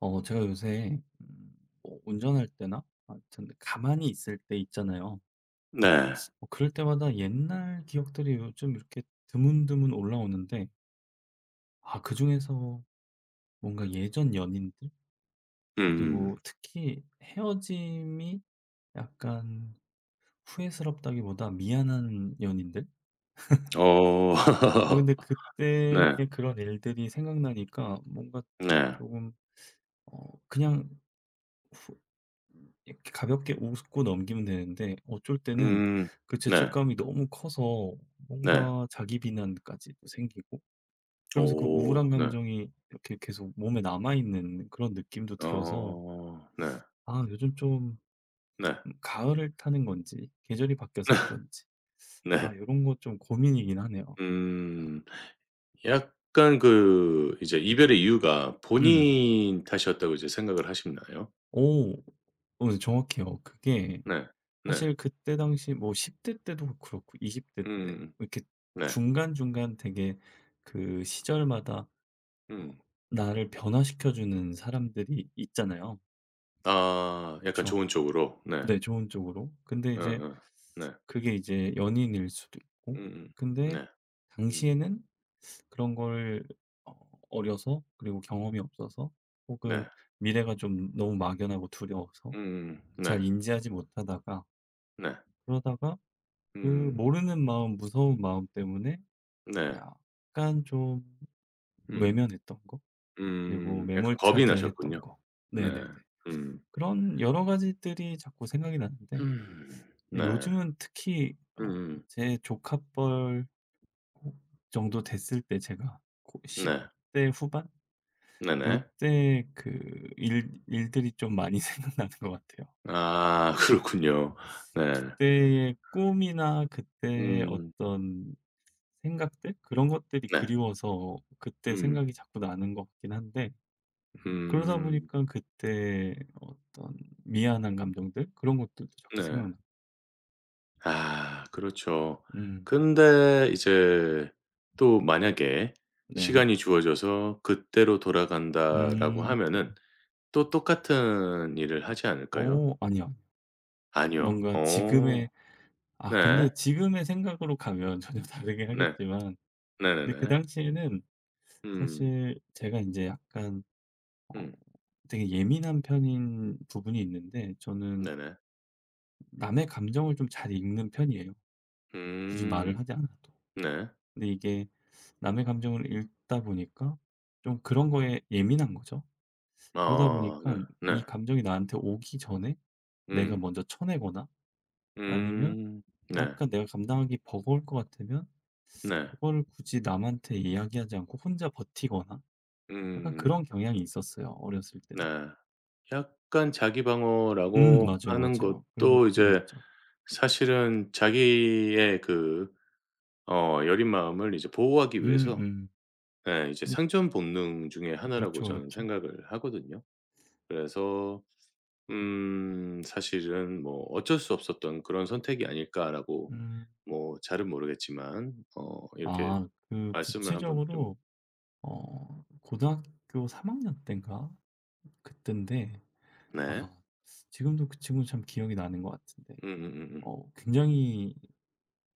제가 요새 뭐 운전할 때나 하여튼 가만히 있을 때 있잖아요. 네. 뭐 그럴 때마다 옛날 기억들이 요즘 이렇게 드문드문 올라오는데, 그중에서 뭔가 예전 연인들, 음. 그리고 특히 헤어짐이 약간 후회스럽다기보다 미안한 연인들? 음. 어. 근데 그때 네. 그런 일들이 생각나니까 뭔가 네. 조금, 그냥 후- 이렇게 가볍게 웃고 넘기면 되는데 어쩔 때는 음. 그 네. 죄책감이 너무 커서 네. 뭔가 자기 비난까지도 생기고 그러면서 그 오. 우울한 네. 감정이 이렇게 계속 몸에 남아있는 그런 느낌도 들어서 어. 네. 아 요즘 좀 네. 가을을 타는 건지 계절이 바뀌어서 그런지 아 네. 요런 거 좀 고민이긴 하네요. 아 음. 약간 그 이제 이별의 이유가 음. 본인 탓이었다고 이제 생각을 하시나요? 오. 어 정확해요. 그게 네. 네. 사실 그때 당시 뭐 10대 때도 그렇고 20대 때 뭐 음. 이렇게 네. 중간중간 되게 그 시절마다 음. 나를 변화시켜 주는 사람들이 있잖아요. 아 약간 그쵸? 좋은 쪽으로. 네. 네, 좋은 쪽으로. 근데 이제 어어. 네. 그게 이제 연인일 수도 있고, 음음. 근데 네. 음. 당시에는 그런 걸 어 어려서, 그리고 경험이 없어서, 혹은 네. 미래가 좀 너무 막연하고 두려워서 음. 잘 네. 인지하지 못하다가, 네. 그러다가 그 음. 모르는 마음, 무서운 마음 때문에 네. 약간 좀 음. 외면했던 거, 그리고 음. 약간 겁이 매몰차게 나셨군요. 했던 거. 네. 네네네. 음. 그런 여러 가지들이 자꾸 생각이 나는데 음. 네. 요즘은 특히 음음. 제 조카뻘 정도 됐을 때, 제가 고 네. 10대 후반 네네. 요때 그 일 일들이 좀 많이 생각나는 것 같아요. 아 그렇군요. 네. 그때의 꿈이나 그때의 음. 어떤 생각들, 그런 것들이 네. 그리워서 그때 음. 생각이 자꾸 나는 것 같긴 한데, 그러다 음. 보니까 그때 어떤 미안한 감정들, 그런 것들도 자꾸 생 네. 각나 아 그렇죠. 음. 근데 이제 또 만약에 네. 시간이 주어져서 '그때로 돌아간다.'라고 음. 하면은 또 똑같은 일을 하지 오, 않을까요? 아니야. 아니요. 뭔가 어. 지금의, 아 네. 근데 지금의 생각으로 가면 전혀 다르게 네. 하겠지만, 근데 그 네네네. 당시에는, 음. 사실 제가 이제 약간 어 음. 되게 예민한 편인 부분이 있는데, 저는 네네. 남의 감정을 좀 잘 읽는 편이에요, 굳이 말을 음. 하지 않아도. 네. 근데 이게 남의 감정을 읽다 보니까 좀 그런 거에 예민한 거죠. 그러다 보니아 까 네. 네. 이 감정이 나한테 오기 전에 내가 음. 먼저 쳐내거나, 아니면 음. 네. 약간 내가 감당하기 버거울 것 같으면 네. 그거를 굳이 남한테 이야기하지 않고 혼자 버티거나, 약간 음. 그런 경향이 있었어요, 어렸을 네. 때는. 약간 자기 방어라고 맞아요, 하는 맞아요. 그런 것도 것들이 이제 있죠. 사실은 자기의 그 어 여린 마음을 이제 보호하기 음, 위해서 음. 예 이제 그- 생존 본능 중에 하나라고 그렇죠, 저는 그렇죠. 생각을 하거든요. 그래서 사실은 뭐 '어쩔 수 없었던 그런 선택이 아닐까.'라고 음. 뭐 잘은 모르겠지만 어 이렇게 아, 그 말씀을 한번 좀. 구체적으로 어, 고등학교 3학년 때인가? 그때인데, 아, 네. 지금도 그 친구는 참 기억이 나는 것 같은데. 음음음음. 어, 굉장히,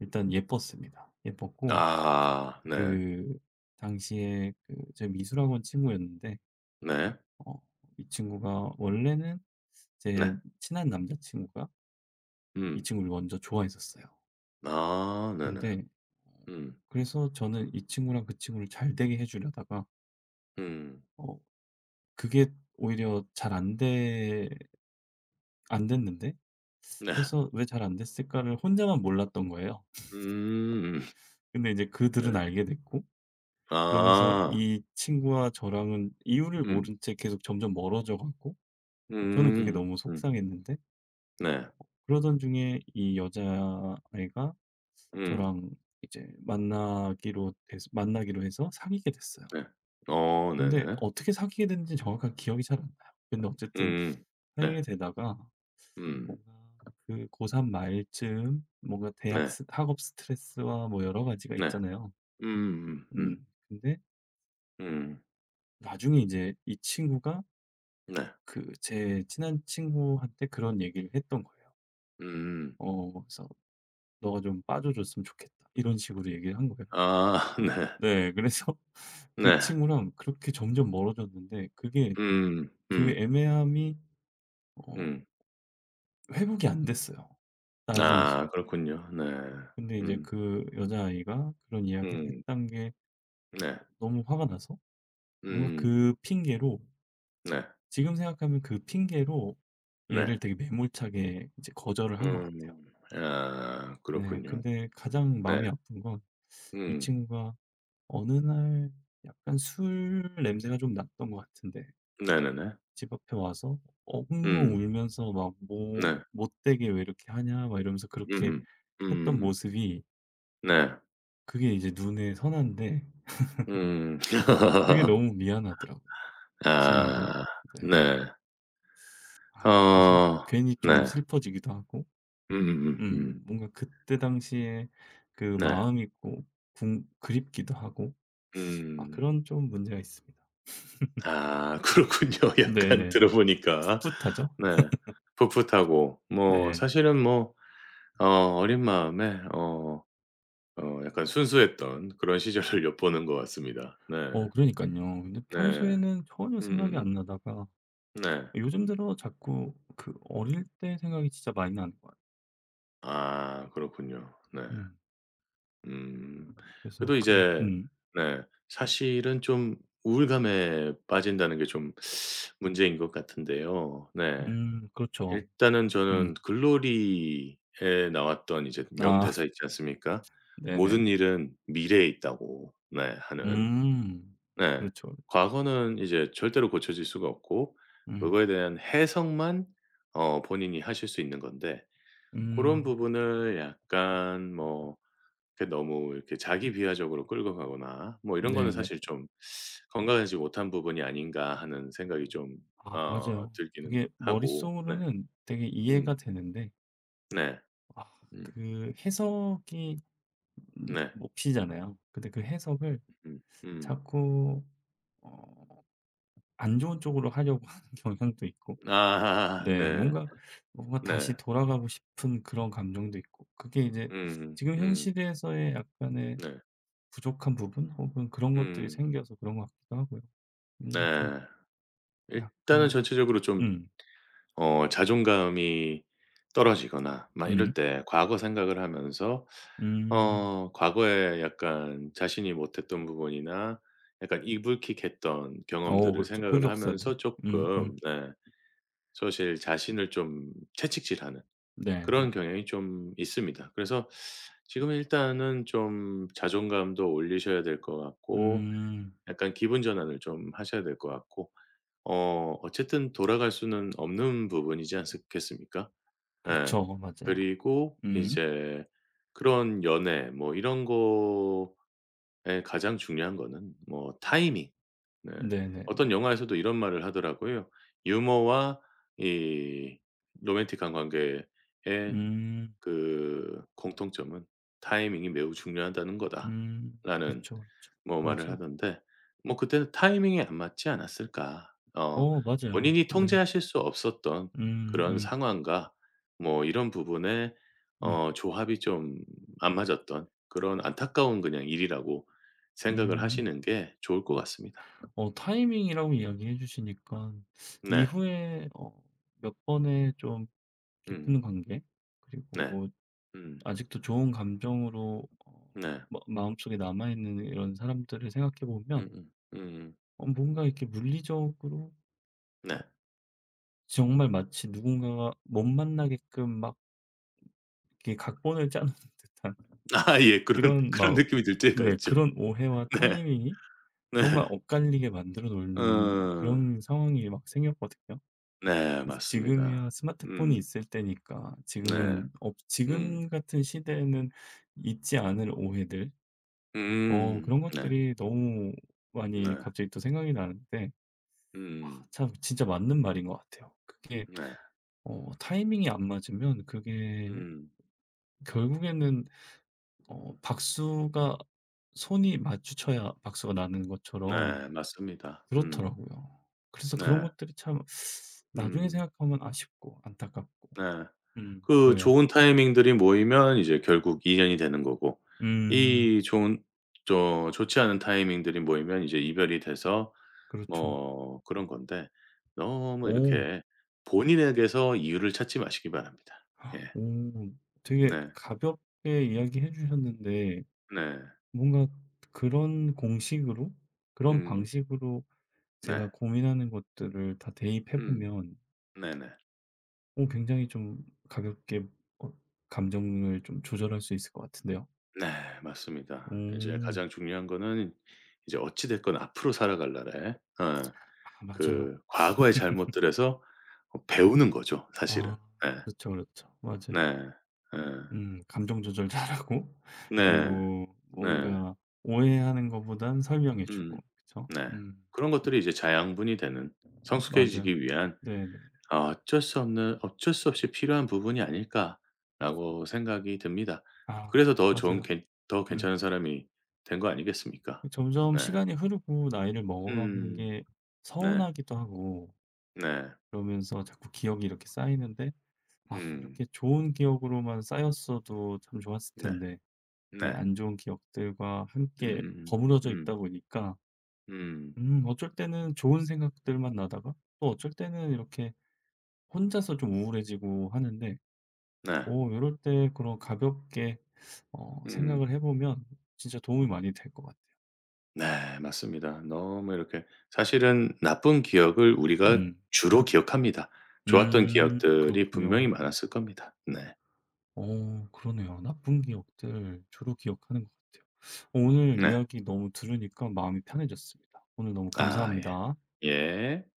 일단 예뻤습니다. 예뻤고, 아 네. 그 당시에 그 제 미술학원 친구였는데, 네. 어 이 친구가 원래는 네. 제 친한 남자친구가 이 음. 친구를 먼저 좋아했었어요. 아 네네. 근데 어 음. 그래서 저는 이 친구랑 그 친구를 잘 되게 해 주려다가 음. 어 그게 오히려 잘 안돼 안 됐는데, 네. 그래서 '왜 잘 안 됐을까.'를 혼자만 몰랐던 거예요. 음. 근데 이제 그들은 네. 알게 됐고, 그러면서 아. 이 친구와 저랑은 이유를 음. 모른 채 계속 점점 멀어져 갔고, 저는 그게 음. 너무 음. 속상했는데, 네. 그러던 중에 이 여자아이가 음. 저랑 이제 만나기로 해서 사귀게 됐어요. 네. 어 근데 네네. 어떻게 사귀게 됐는지 정확한 기억이 잘 안 나요. 근데 어쨌든 음. 네. 사귀게 되다가 음. 뭔가 그 고3 말쯤 뭔가 대학 네. 학업 스트레스와 뭐 여러 가지가 네. 있잖아요. 음. 음. 음. 근데 음. 나중에 이제 이 친구가 네. 그 제 친한 친구한테 그런 얘기를 했던 거예요. 음. 어 그래서 "너가 좀 빠져 줬으면 좋겠다." 이런 식으로 얘기를 한 거예요. 아 네. 네. 그래서 그 네. 친구랑 그렇게 점점 멀어졌는데, 그게 음. 그 음. 애매함이 어 음. 회복이 안 됐어요, 나중에서. 아 그렇군요. 네. 근데 이제 음. 그 여자아이가 그런 이야기를 했 음. 던 게 네. 너무 화가 나서 뭔가 음. 그 핑계로, 네. 지금 생각하면 그 핑계로 네. 얘를 되게 매몰차게 이제 거절을 한 것 같아요. 음. 아 네. 그렇군요. 근데 가장 네. 마음이 아픈 건, 이 음. 친구가 어느 날 약간 술 냄새가 좀 났던 것 같은데 네네네. 집 앞에 와서 엉엉 음. 울면서 막 "뭐 네. 못되게 왜 이렇게 하냐." 막 이러면서 그렇게 음음. 했던 음. 모습이, 네. 그게 이제 눈에 선한데, 음. 그게 너무 미안하더라고요, 지금도. 아. 네. 네. 아 그래서 어. 괜히 좀 네. 슬퍼지기도 하고, 음음음음. 뭔가 그때 당시에 그 네. 마음이 있고, 궁 그립기도 하고, 아 음. 그런 좀 문제가 있습니다. 아 그렇군요. 약간 네네네. 들어 보니까. 풋풋하죠. 네. 풋풋하고 뭐 네. 사실은 뭐 어 어린 마음에 어 어 약간 순수했던 그런 시절을 엿보는 것 같습니다. 네. 어 그러니깐요. 근데 네. 평소에는 전혀 생각이 음음음. 안 나다가 네. 요즘 들어 자꾸 그 어릴 때 생각이 진짜 많이 나는 것 같아요. 아 그렇군요. 네. 음. 음. 그래서 그래도 그런 이제 네 사실은 좀 우울감에 빠진다는 게 좀 문제인 것 같은데요. 네. 그렇죠. 일단은 저는 음. 글로리에 나왔던 이제 아 명대사 있지 않습니까? 네네네. "모든 일은 미래에 있다."고 네 하는. 음. 네. 그렇죠, 그렇죠. 과거는 이제 절대로 고쳐질 수가 없고 음. 그거에 대한 해석만 어 본인이 하실 수 있는 건데 고런 음. 부분을 약간 뭐 이렇게 너무 이렇게 자기 비하적으로 끌고 가거나 뭐 이런 거는 네네. 사실 좀 '건강하지 못한 부분이 아닌가.' 하는 생각이 좀 아 어 맞아요. 들기는 그게 하고 네. 머릿속으로는 되게 음. 이해가 되는데, 네. 아 음. 그 해석이 네. 몫이잖아요. 근데 그 해석을 음. 음. 자꾸 어 안 좋은 쪽으로 하려고 하는 경향도 있고, 아 네 네. 뭔가, 뭔가 네. 다시 돌아가고 싶은 그런 감정도 있고, 그게 이제 음. 지금 음. 현실에서의 약간의 네. 부족한 부분 혹은 그런 것들이 음. 생겨서 그런 것 같기도 하고요. 뭔가 좀 네. 일단은 약간 전체적으로 좀 음. 어 자존감이 떨어지거나 막 음. 이럴 때 과거 생각을 하면서 음. 어 과거에 약간 자신이 못했던 부분이나 약간 이불킥했던 어 경험들을 그렇죠. 생각을 흑역사들. 하면서 음 조금 음. 네 사실 자신을 좀 채찍질하는 네네. 그런 경향이 좀 있습니다. 그래서 지금 일단은 좀 자존감도 올리셔야 될 것 같고 음. 약간 기분 전환을 좀 하셔야 될 것 같고 어 어쨌든 돌아갈 수는 없는 부분이지 않겠습니까? 예. 그렇죠. 맞아요. 그리고 음. 이제 그런 연애 뭐 이런 거에 가장 중요한 거는 뭐 타이밍. 네. 어떤 네네네. 영화에서도 이런 말을 하더라고요. 유머와 이 로맨틱한 관계의 음. 그 공통점은 "타이밍이 매우 중요하다는 음. 거다."라는 그렇죠, 그렇죠. 뭐 말을 맞아요. 하던데 뭐 그때는 '타이밍이 안 맞지 않았을까?' 어 어 맞아요. 본인이 네. 통제하실 수 없었던 음 그런 음 상황과 뭐 이런 부분에 음 어 조합이 좀 안 맞았던 그런 안타까운 그냥 일이라고 생각을 음. 하시는 게 좋을 것 같습니다. 어 타이밍이라고 이야기해 주시니까 네. 이후에 몇 번의 좀 음. 깊은 관계, 네. 그리고 음. 아직도 좋은 감정으로 네. 마 마음속에 남아 있는 이런 사람들을 생각해 보면, 음음. 음. 음. 음. 뭔가 이렇게 물리적으로 어 네. 정말 마치 누군가가 못 만나게끔 막 이렇게 각본을 짜 놓은 듯한 아 예. 그런 그런 그런 막, 느낌이 들 때가 네 있죠. 그런 오해와 네. 타이밍이 네. 정말 엇갈리게 만들어 놓은 어. 그런 상황이 막 생겼거든요. 네 맞습니다. 지금이야 스마트폰이 음. 있을 때니까 네. 음. 지금 같은 시대에는 있지 않을 오해들, 음. 그런 것들이 너무 많이 네. 갑자기 또 생각이 나는데, 아 음. 참 진짜 맞는 말인 것 같아요. 그게 네. 어 타이밍이 안 맞으면 그게 음. 결국에는 박수가 손이 맞추쳐야 박수가 나는 것처럼 네 맞습니다. 음. 그렇더라고요. 그래서 그런 네. 것들이 참 나중에 음. 생각하면 아쉽고 안타깝고 네. 그 그래요. 좋은 타이밍들이 모이면 이제 결국 인연이 되는 거고 음 이 좋은 저 좋지 않은 타이밍들이 모이면 이제 이별이 돼서 그렇죠. 뭐 그런 건데 너무 오. 이렇게 본인에게서 이유를 찾지 마시기 바랍니다. 예. 오 되게 네. 가볍게 이야기해 주셨는데, 네. 뭔가 그런 공식으로, 그런 음. 방식으로 제가 네. 고민하는 것들을 다 대입해 음. 보면, 네네. 오, 굉장히 좀 가볍게 어 감정을 좀 조절할 수 있을 것 같은데요. 네. 오, 맞습니다. 이제 가장 중요한 거는 이제 어찌 됐건 앞으로 살아갈 날에 어 아 맞아요. 그 과거의 잘못들에서 어 배우는 거죠 아 사실은. 네. 그렇죠, 그렇죠. 맞아요. 네. 예. 감정 조절 잘하고 네. 그리고 네. 뭔가 오해하는 것보단 설명해 주고. 음. 그쵸? 네. 그런 것들이 이제 자양분이 되는 맞아요. 성숙해지기 위한 네네. 아 어쩔 수 없는 어쩔 수 없이 필요한 부분이 아닐까라고 생각이 듭니다. 아 그래서 더 좋은 맞아요. 괜 더 음. 괜찮은 사람이 된 거 아니겠습니까? 점점 네. 시간이 흐르고 나이를 먹어가는 음. 게 네. 서운하기도 하고, 네. 그러면서 자꾸 기억이 이렇게 쌓이는데, 아 음. 이렇게 좋은 기억으로만 쌓였어도 참 좋았을 네. 텐데 이 네. 안 좋은 기억들과 함께 음음음. 버무려져 음. 있다 보니까, 음. 어쩔 때는 좋은 생각들만 나다가 또 어쩔 때는 이렇게 혼자서 좀 우울해지고 하는데, 네. 오 이럴 때 그런 가볍게 음. 생각을 해 보면 진짜 도움이 많이 될 것 같아요. 네. 맞습니다. 너무 이렇게 사실은 나쁜 기억을 우리가 음. 주로 기억합니다. 좋았던 기억들이 분명히 그렇군요. 많았을 겁니다. 네. 어 그러네요. 나쁜 기억들 주로 기억하는 것 같아요. 오늘 네. 이야기 너무 들으니까 마음이 편해졌습니다. 오늘 너무 아 예. 감사합니다. 예.